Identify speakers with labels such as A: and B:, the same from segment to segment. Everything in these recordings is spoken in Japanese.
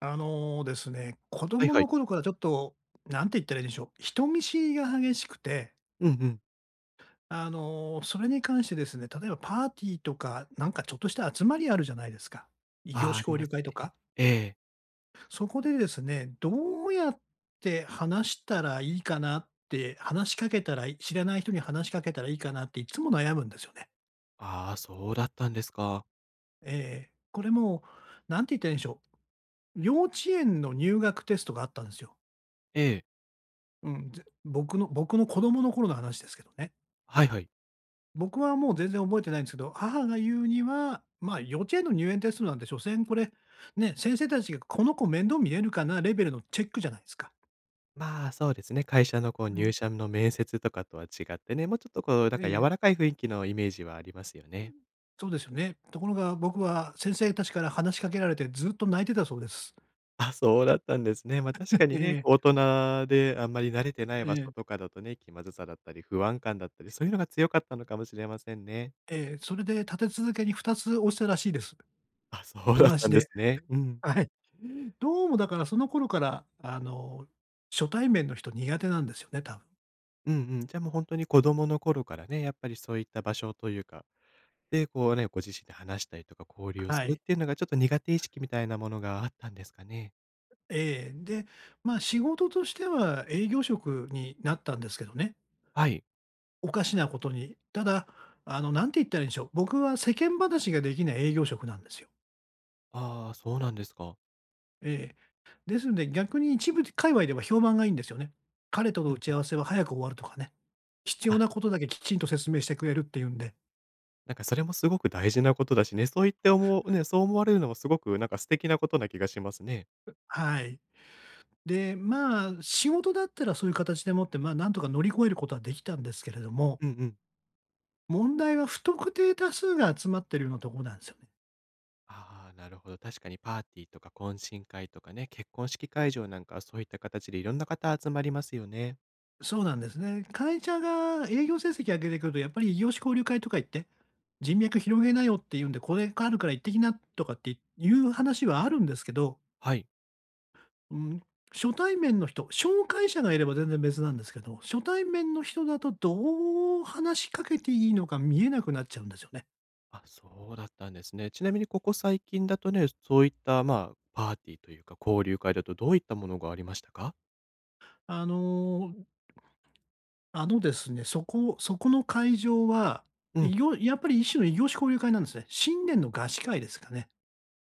A: あのですね、子
B: はい
A: 供
B: はい。
A: の頃からちょっと、なんて言ったらいいんでしょう、人見知りが激しくて、
B: うんうん。
A: それに関してですね、例えばパーティーとか、なんかちょっとした集まりあるじゃないですか。異業
B: ああ、
A: 種
B: あり
A: 交
B: ま
A: 流
B: す
A: 会と
B: ね。
A: か。
B: ええ。
A: そこでですね、どうやって話したらいいかなって、話しかけたらい知らない人に話しかけたらいいかなっていつも悩むんですよね。
B: ああ、そうだったんですか。
A: ええ。これもう、なんて言ったらいいんでしょう、幼稚園の入学テストがあったんですよ。
B: ええ。
A: うん、僕の子供の頃の話ですけどね。
B: はいはい。
A: 僕はもう全然覚えてないんですけど、母が言うには、まあ、幼稚園の入園テストなんて所詮これ、ね、先生たちがこの子面倒見れるかなレベルのチェックじゃないですか。
B: まあ、そうですね、会社のこう
A: うん。
B: 入社の面接とかとは違ってね、もうちょっとこうなん
A: え
B: か柔
A: え、
B: らかい雰囲気のイメージはありますよね。
A: そうですよね。ところが僕は先生たちから話しかけられてずっと泣いてたそうです。
B: あ、そうだったんですね。ま、確 かに
A: え
B: ね、
A: え、
B: こう大人であんまり慣れてない
A: え
B: 場所と
A: え、
B: かだとね、気まずさだったり、不安感だったり、そういうのが強かったのかもしれませんね。
A: ええ、それで立て続けに2つ押したらしいです。
B: あ、そうだっ
A: 同
B: た
A: じ
B: んで
A: で。
B: すね。うん。
A: はい。どうもだからその頃から、初対面の人苦手なんですよね、多分。
B: うんうん。じゃあもう本当に子供の頃からね、やっぱりそういった場所というかで、こうね、ご自身で話したりとか交流をす
A: は
B: るっ
A: い。
B: ていうのがちょっと苦手意識みたいなものがあったんですかね？
A: ええ、で、まあ、仕事としては営業職になったんですけどね、
B: はい。
A: おかしなことに。ただ、あの、なんて言ったらいいんでしょう、僕は世間話ができない営業職なんですよ。
B: ああ、そうなんですか。
A: ええ。ですので、逆に一部界隈では評判がいいんですよね。彼との
B: う
A: 打
B: んう
A: ち
B: ん。
A: 合わせは早く終わるとかね。必要
B: あ、
A: なことだけきちんと説明してくれるっていうんで。
B: なんかそれもすごく大事なことだしね、そう言って思うね、そう思われるのもすごくなんか素敵なことな気がしますね。
A: はい。で、まあ、仕事だったらそういう形でもって、まあ、なんとか乗り越えることはできたんですけれども、
B: うんうん。
A: 問題は不特定多数が集まってるようなところなんですよね。
B: ああ、なるほど。確かにパーティーとか懇親会とかね、結婚式会場なんかはそういった形でいろんな方集まりますよね。
A: そうなんですね。会社が営業成績上げてくると、やっぱり異業種交流会とか行って、人脈広げなよって言うんで、これがあるから行ってきなとかっていう話はあるんですけど、
B: はい。
A: うん、初対面の人、紹介者がいれば全然別なんですけど、初対面の人だとどう話しかけていいのか見えなくなっちゃうんですよね。
B: あ、そうだったんですね。ちなみにここ最近だとね、そういった、まあ、パーティーというか、交流会だとどういったものがありましたか？
A: あのー、あのですね、そこの会場は、
B: うん。
A: やっぱり一種の異業種交流会なんですね。新年の合宿会ですかね。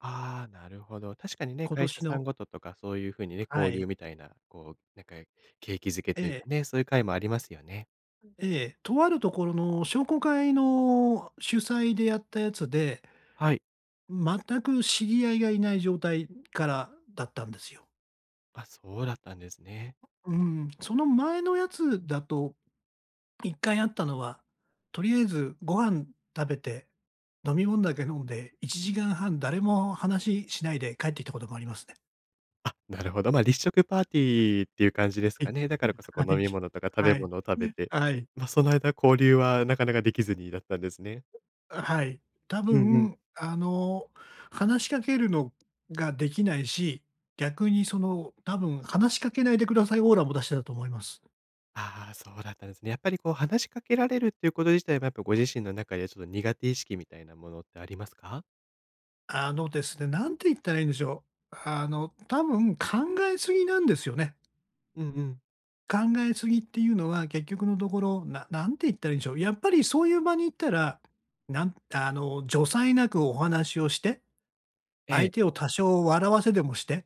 B: ああ、なるほど。確かにね、
A: 今
B: 会社
A: 年
B: さん
A: の。
B: ごととかそういう風にね、
A: は
B: 交流
A: い。
B: みたいな、こう、なんか景気づけというか
A: ええ
B: ね、そういう会もありますよね。
A: ええ、とあるところの商工会の主催でやったやつで、
B: はい。
A: 全く知り合いがいない状態からだったんですよ。
B: あ、そうだったんですね。
A: うん、その前のやつだと、一回あったのは、とりあえずご飯食べて、飲み物だけ飲んで、1時間半誰も話しないで帰ってきたこともありますね。
B: あ、なるほど。まあ、立食パーティーっていう感じですかね。だからこそ、こ
A: は
B: う、飲
A: い。
B: み物とか食べ
A: はい。
B: 物を食べて、
A: はい。はい。
B: まあ、その間交流はなかなかできずにだったんですね。
A: はい。多
B: うんうん。
A: 分、話しかけるのができないし、逆にその、多分話しかけないでくださいオーラも出してたと思います。
B: ああ、そうだったんですね。やっぱりこう話しかけられるっていうこと自体もやっぱご自身の中でちょっと苦手意識みたいなものってありますか？
A: あのですね、なんて言ったらいいんでしょう。あの、多分考えすぎなんですよね。
B: うんうん。
A: 考えすぎっていうのは結局のところ、ななんて言ったらいいんでしょう。やっぱりそういう場に行ったら、助才なくお話をして、
B: え
A: 相手
B: え。
A: を多少笑わせでもして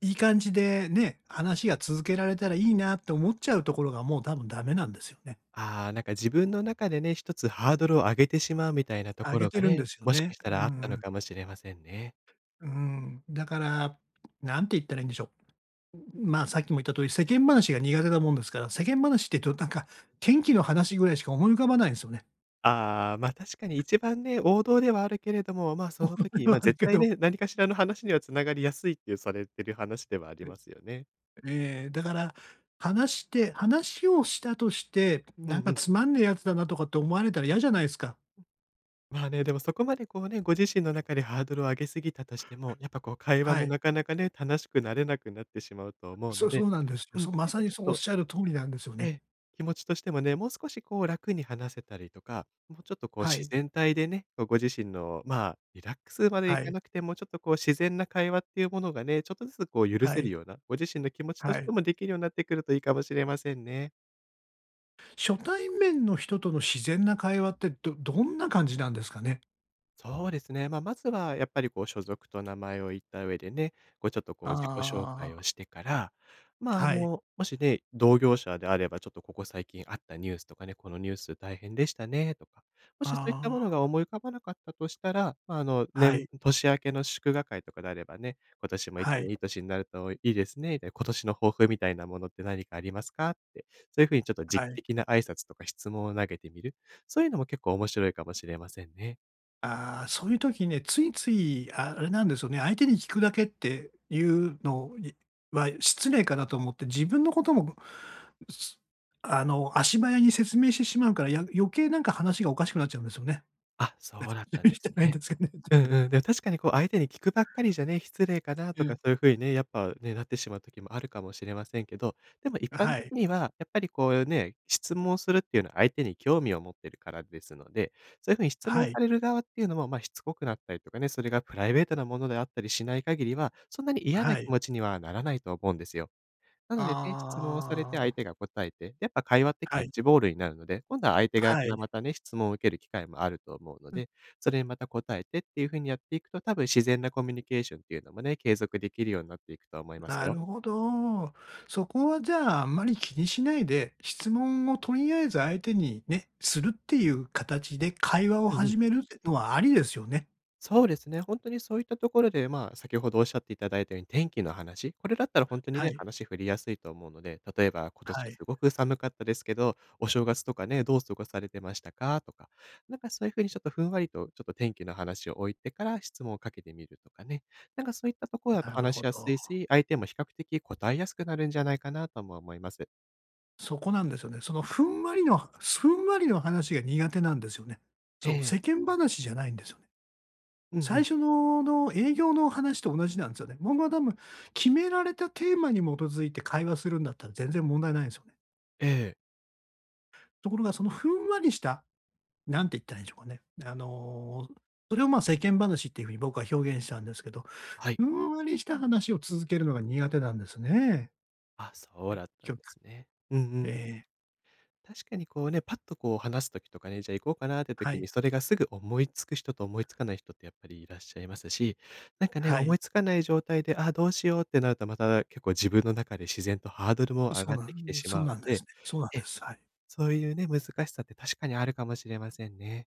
A: いい感じでね、話が続けられたらいいなって思っちゃうところがもう多分ダメなんですよね。
B: ああ、なんか自分の中でね、一つハードルを上げてしまうみたいなと
A: あ
B: こ
A: げ
B: ろ
A: て
B: が
A: るんで
B: ね、
A: すよ
B: もし
A: ね。
B: かした
A: う
B: らあっ
A: ん
B: た
A: う
B: の
A: ん。
B: かもしれませんね。
A: だから、なんて言ったらいいんでしょう。まあ、さっきも言った通り、世間話が苦手なもんですから、世間話って言うとなんか、天気の話ぐらいしか思い浮かばないんですよね。
B: ああ、ま、確かに一番ね、王道ではあるけれども、ま、その時、ま、
A: ある
B: 絶
A: け
B: 対
A: ど。
B: ね、何かしらの話にはつながりやすいっていうされてる話ではあり
A: えー
B: ますよね。
A: だから、話をしたとして、
B: う
A: なん
B: ん
A: か
B: うん。
A: つまんねえやつだなとかって思われたら嫌じゃないですか。
B: まあね、でもそこまでこうね、ご自身の中でハードルを上げすぎたとしても、やっぱこう会話
A: は
B: も
A: い。
B: なかなかね、楽しくなれなくなってしまうと思う
A: そ
B: の
A: うそ
B: で、
A: うなんですよ。
B: うん、
A: そう、ま
B: なん
A: さ
B: か
A: に
B: ちょっ
A: そうおっ
B: と、
A: しゃる通りなんですよ
B: え
A: ね。
B: え、気持ちとしてもね、もう少しこう楽に話せたりとか、もうちょっとこう
A: は
B: 自
A: い。
B: 然体でね、こうご自身の、まあ、リラックスまでい
A: は
B: か
A: い、
B: なくても、ちょっとこう自然な会話っていうものがね、ちょっとずつこう許
A: は
B: せる
A: い、
B: ような、ご自身の気持ちと
A: は
B: して
A: い。
B: もできるようになってくるといいかもしれませんね。
A: 初対面の人との自然な会話って、どんな感じなんですかね？
B: そうですね。まあ、まずはやっぱりこう所属と名前を言った上でね、こうちょっとこう自己紹介を
A: あ
B: してから、
A: あ、
B: まあ、あ
A: はい。
B: の、もしね、同業者であればちょっとここ最近あったニュースとかね、このニュース大変でしたねとか、もしそういったものが
A: あ
B: 思い浮かばなかったとしたら、まあ、あの、
A: あ、は
B: 年
A: い、
B: 年明けの祝賀会とかであればね、今年も
A: は
B: 1年
A: い、
B: いい年になるといいですねみたいな、今年の抱負みたいなものって何かありますかって、そういう風にちょっと時
A: は
B: 期
A: い。
B: 的な挨拶とか質問を投げてみる、そういうのも結構面白いかもしれませんね。
A: ああ、そういう時ね、ついつい、ああれなんですよね、相手に聞くだけっていうのは失礼かなと思って、自分のことも、す足早に説明してしまうから、余計なんか話がおかしくなっちゃうんですよね。
B: あ、そうだっ たんで
A: じゃ
B: す
A: ないん
B: ね。
A: ですかね
B: うんうん。でも確かにこう相手に聞くばっかりじゃね、失礼かな
A: う
B: とか
A: ん
B: そういうふうにね、やっぱね、なってしまう時もあるかもしれませんけど、でも一般
A: は
B: 的
A: い、
B: にはやっぱりこうね、質問するっていうのは相手に興味を持ってるからですので、そういうふうに質
A: は
B: 問
A: い、
B: される側っていうのも、ま、しつこくなったりとかね、それがプライベートなものであったりしない限りは、そんなに嫌な
A: は
B: 気
A: い。
B: 持ちにはならないと思うんですよ。なのでね、質問をされて
A: あ
B: 相手
A: あ。
B: が答えて、でやっぱ会話ってキ
A: は
B: ャッ
A: い。
B: チボールになるので、今度は相手側か
A: は
B: ら
A: い。
B: またね、質問を受ける機会もあると思うので、それにまた答えてっていう風にやっていくと、多分自然なコミュニケーションっていうのもね、継続できるようになっていくと思います
A: な
B: よ。
A: るほど。そこはじゃあ、あんまり気にしないで、質問をとりあえず相手にね、するっていう形で会話を
B: うんうん。
A: 始めるってのはありですよね。
B: そうですね、本当にそういったところで、まあ、先ほどおっしゃっていただいたように、天気の話、これだったら本当に
A: は
B: ね、
A: い。
B: 話振りやすいと思うので、例えば、今年
A: は
B: す
A: い。
B: ごく寒かったですけど、お正月とかね、どう過ごされてましたか？とか、なんかそういうふうにちょっとふんわりと、ちょっと天気の話を置いてから質問をかけてみるとかね、なんかそういったところだと
A: なる
B: 話
A: ほ
B: しやす
A: ど。
B: いし、相手も比較的答えやすくなるんじゃないかなとも思います。
A: そこなんですよね。ふんわりの話が苦手なんですよね。
B: え
A: そう、
B: え。
A: 世間話じゃないんですよね。
B: うんう
A: 最
B: ん。
A: 初のの営業の話と同じなんですよね。僕は多分、決められたテーマに基づいて会話するんだったら全然問題ないんですよね。
B: ええ。
A: ところがそのふんわりしたなんて言ったらいいんでしょうかね。あの、それを、ま、世間話っていう風に僕は表現したんですけど、
B: はい。
A: ふんわりした話を続けるのが苦手なんですね。
B: あ、そうだったん
A: 結局
B: ですね。うんうん。
A: えー
B: 確かにこうね、パッとこう話す時とかね、じゃあ行こうかなって
A: は
B: 時
A: い、
B: に、それがすぐ思いつく人と思いつかない人ってやっぱりいらっしゃいますし、なんかね、
A: は
B: 思
A: い。
B: いつかない状態で、あ、どうしようってなると、また結構自分の中で自然とハードルも上
A: そ
B: が
A: う
B: っ
A: な
B: てきて
A: ん
B: しま
A: そ
B: う
A: う
B: の
A: なんです
B: で、
A: ね。そうなんで
B: え、
A: す。はい。
B: そういうね、難しさって確かにあるかもしれませんね。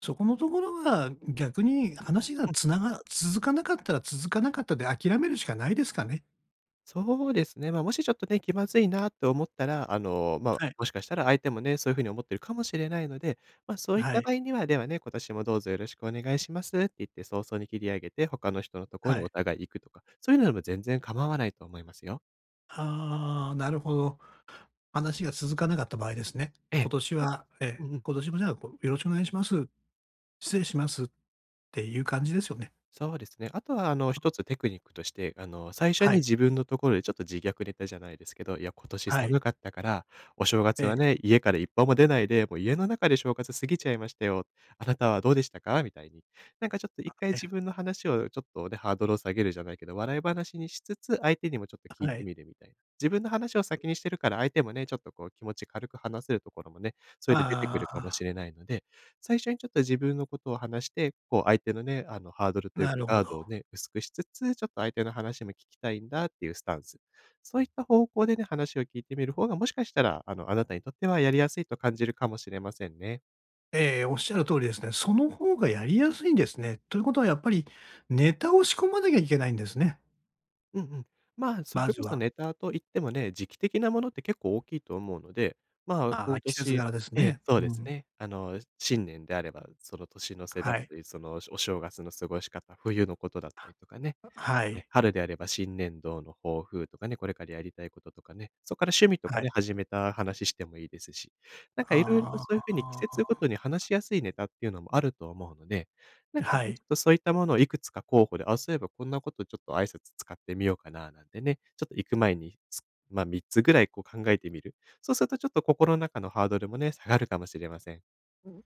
A: そこのところが逆に話がつなが続かなかったら続かなかったで諦めるしかないですかね。
B: そうですね。まあ、もしちょっとね、気まずいなと思ったら、あの、まあ、
A: はい、
B: もしかしたら相手もね、そういうふうに思ってるかもしれないので、まあ、そういっ
A: は
B: た
A: い、
B: 場合には、ではね、今年もどうぞよろしくお願いしますって言って、早々に切り上げて、他の人のところ
A: は
B: にお
A: い。
B: 互い行くとか、そういうのでも全然構わないと思いますよ。
A: ああ、なるほど。話が続かなかった場合ですね。
B: え
A: 今
B: え。
A: 年
B: ただ
A: はえ
B: うん
A: ー
B: うん。
A: 今年もじゃあ、こう、よろしくお願いします。失礼しますっていう感じですよね。
B: そうですね。あとは、あの、一つテクニックとして、あの、最初
A: は
B: に
A: い。
B: 自分のところでちょっと自虐ネタじゃないですけど、いや、今年
A: はい。
B: 寒かったから、お正
A: え
B: 月は
A: え、
B: ね、家から一歩も出ないで、もう家の中で正月過ぎちゃいましたよ。あなたはどうでしたかみたいに。なんかちょっと一回自
A: え
B: 分の話をちょっとね、ハードルを下げるじゃないけど、笑い話にしつつ、相手にもちょっと聞い
A: は
B: て
A: い。
B: みるみたいな。自分の話を先にしてるから、相手もね、ちょっとこう気持ち軽く話せるところもね、それで出てくるか
A: あ
B: もしれないので、最初にちょっと自分のことを話して、こう相手のね、ハードル
A: あ、
B: という
A: な
B: か
A: るほ
B: ガ
A: ど。
B: ードをね、薄くしつつ、ちょっと相手の話も聞きたいんだっていうスタンス。そういった方向でね、話を聞いてみる方が、もしかしたら、あなたにとってはやりやすいと感じるかもしれませんね。
A: ええ、おっしゃる通りですね。その方がやりやすいんですね。ということはやっぱり、ネタを仕込まなきゃいけないんですね。
B: うんうん。まあ、それ
A: まず
B: こそ
A: は。
B: ネタと言ってもね、時期的なものって結構大きいと思うので、まあ、
A: あ
B: 今
A: あ、季節
B: 年
A: 柄です
B: ええ、
A: ね。
B: そう
A: う
B: です
A: ん。
B: ね。新年であれば、その年の瀬だ
A: は
B: っ
A: い。
B: たり、そのお正月の過ごし方、冬のことだったりとかね。
A: は
B: ね、
A: い。
B: 春であれば新年度の抱負とかね、これからやりたいこととかね、そこから趣味と
A: は
B: かね、
A: い。
B: 始めた話してもいいですし、なんか色々と
A: あ
B: そういう風に季節ご
A: あ。
B: とに話しやすいネタっていうのもあると思うので、なんか
A: は
B: ね、ち
A: い。
B: ょっとそういったものをいくつか候補で、あ、そういえばこんなことちょっと挨拶使ってみようかななんてね、ちょっと行く前に、3つぐらいこう考えてみる。そうするとちょっと心の中のハードルもね、下がるかもしれません。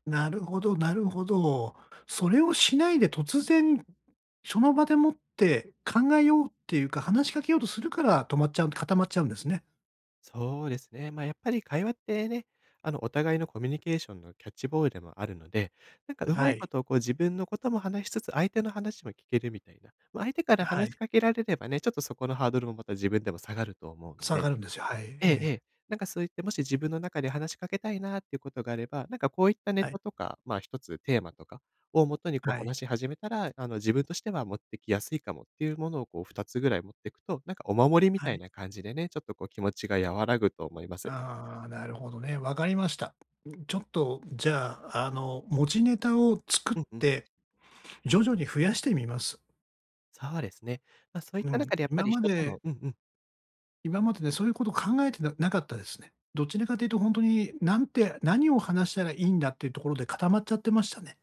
A: なるほどなるほど。それをしないで突然、その場でもって考えようっていうか、話しかけようとするから止まっちゃう固まっちゃうんですね。
B: そうですね。まあ、やっぱり会話ってね、お互いのコミュニケーションのキャッチボールでもあるので、なんかうま
A: は
B: いこ
A: い。
B: とをこう自分のことも話しつつ、相手の話も聞けるみたいな。まあ、相手から
A: は
B: 話し
A: い。
B: かけられればね、ちょっとそこのハードルもまた自分でも下がると思うの
A: 下
B: で、
A: がるんですよ。はい。え
B: えええ
A: え。
B: え。なんかそういって、もし自分の中で話しかけたいなっていうことがあれば、なんかこういったネ
A: はい。
B: タとか、まあ、一つテーマとかをもとにこ
A: は
B: う
A: い。
B: 話し始めたら、自分としては持ってきやすいかもっていうものをこう2つぐらい持っていくと、なんかお守りみ
A: は
B: たい
A: い。
B: な感じでね、ちょっとこう気持ちが和らぐと思います。
A: ああ、なるほどね。わかりました。ちょっと、じゃあ、持ちネタを作っ
B: うんうん。
A: て、徐々に増やしてみます。
B: そうですね。ま、そういっ
A: う
B: た
A: ん。
B: 中でやっぱり人とのうんうん。
A: 今までね、そういうこと考えてななかったですね。どちらかというと本当に、なんて何を話したらいいんだっていうところで固まっちゃってましたね。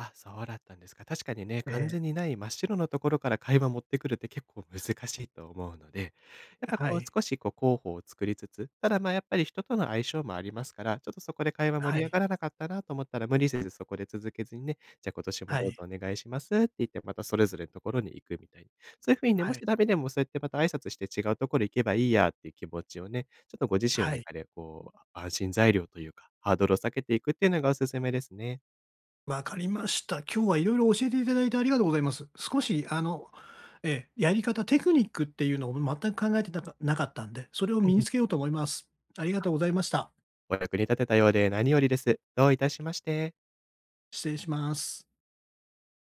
B: あ、そうだったんですか。確かにね、完
A: え
B: 全にない真っ白のところから会話持ってくるって結構難しいと思うので、やっ
A: え、
B: ぱ
A: は
B: こう
A: い。
B: 少しこう候補を作りつつ、ただまあやっぱり人との相性もありますから、ちょっとそこで会話
A: は
B: 盛り上
A: い。
B: がらなかったなと思ったら無理せずそこで続けずにね、じゃあ今年も
A: は
B: どうぞ
A: い。
B: お願いしますって言ってまたそれぞれのところに行くみたいに。そういうふうにね、も
A: は
B: し
A: い。
B: ダメでもそうやってまた挨拶して違うところ行けばいいやっていう気持ちをね、ちょっとご自身の
A: はい。
B: 中でこう安心材料というか、ハードルを避けていくっていうのがおすすめですね。
A: わかりました。今日は色々教えていただいてありがとうございます。少しやり方、テクニックっていうのを全く考えてなかなかったんで、それを
B: う
A: 身に
B: ん、
A: つけようと思います。ありがとうございました。
B: お役に立てたようで何よりです。どういたしまして。
A: 失礼します。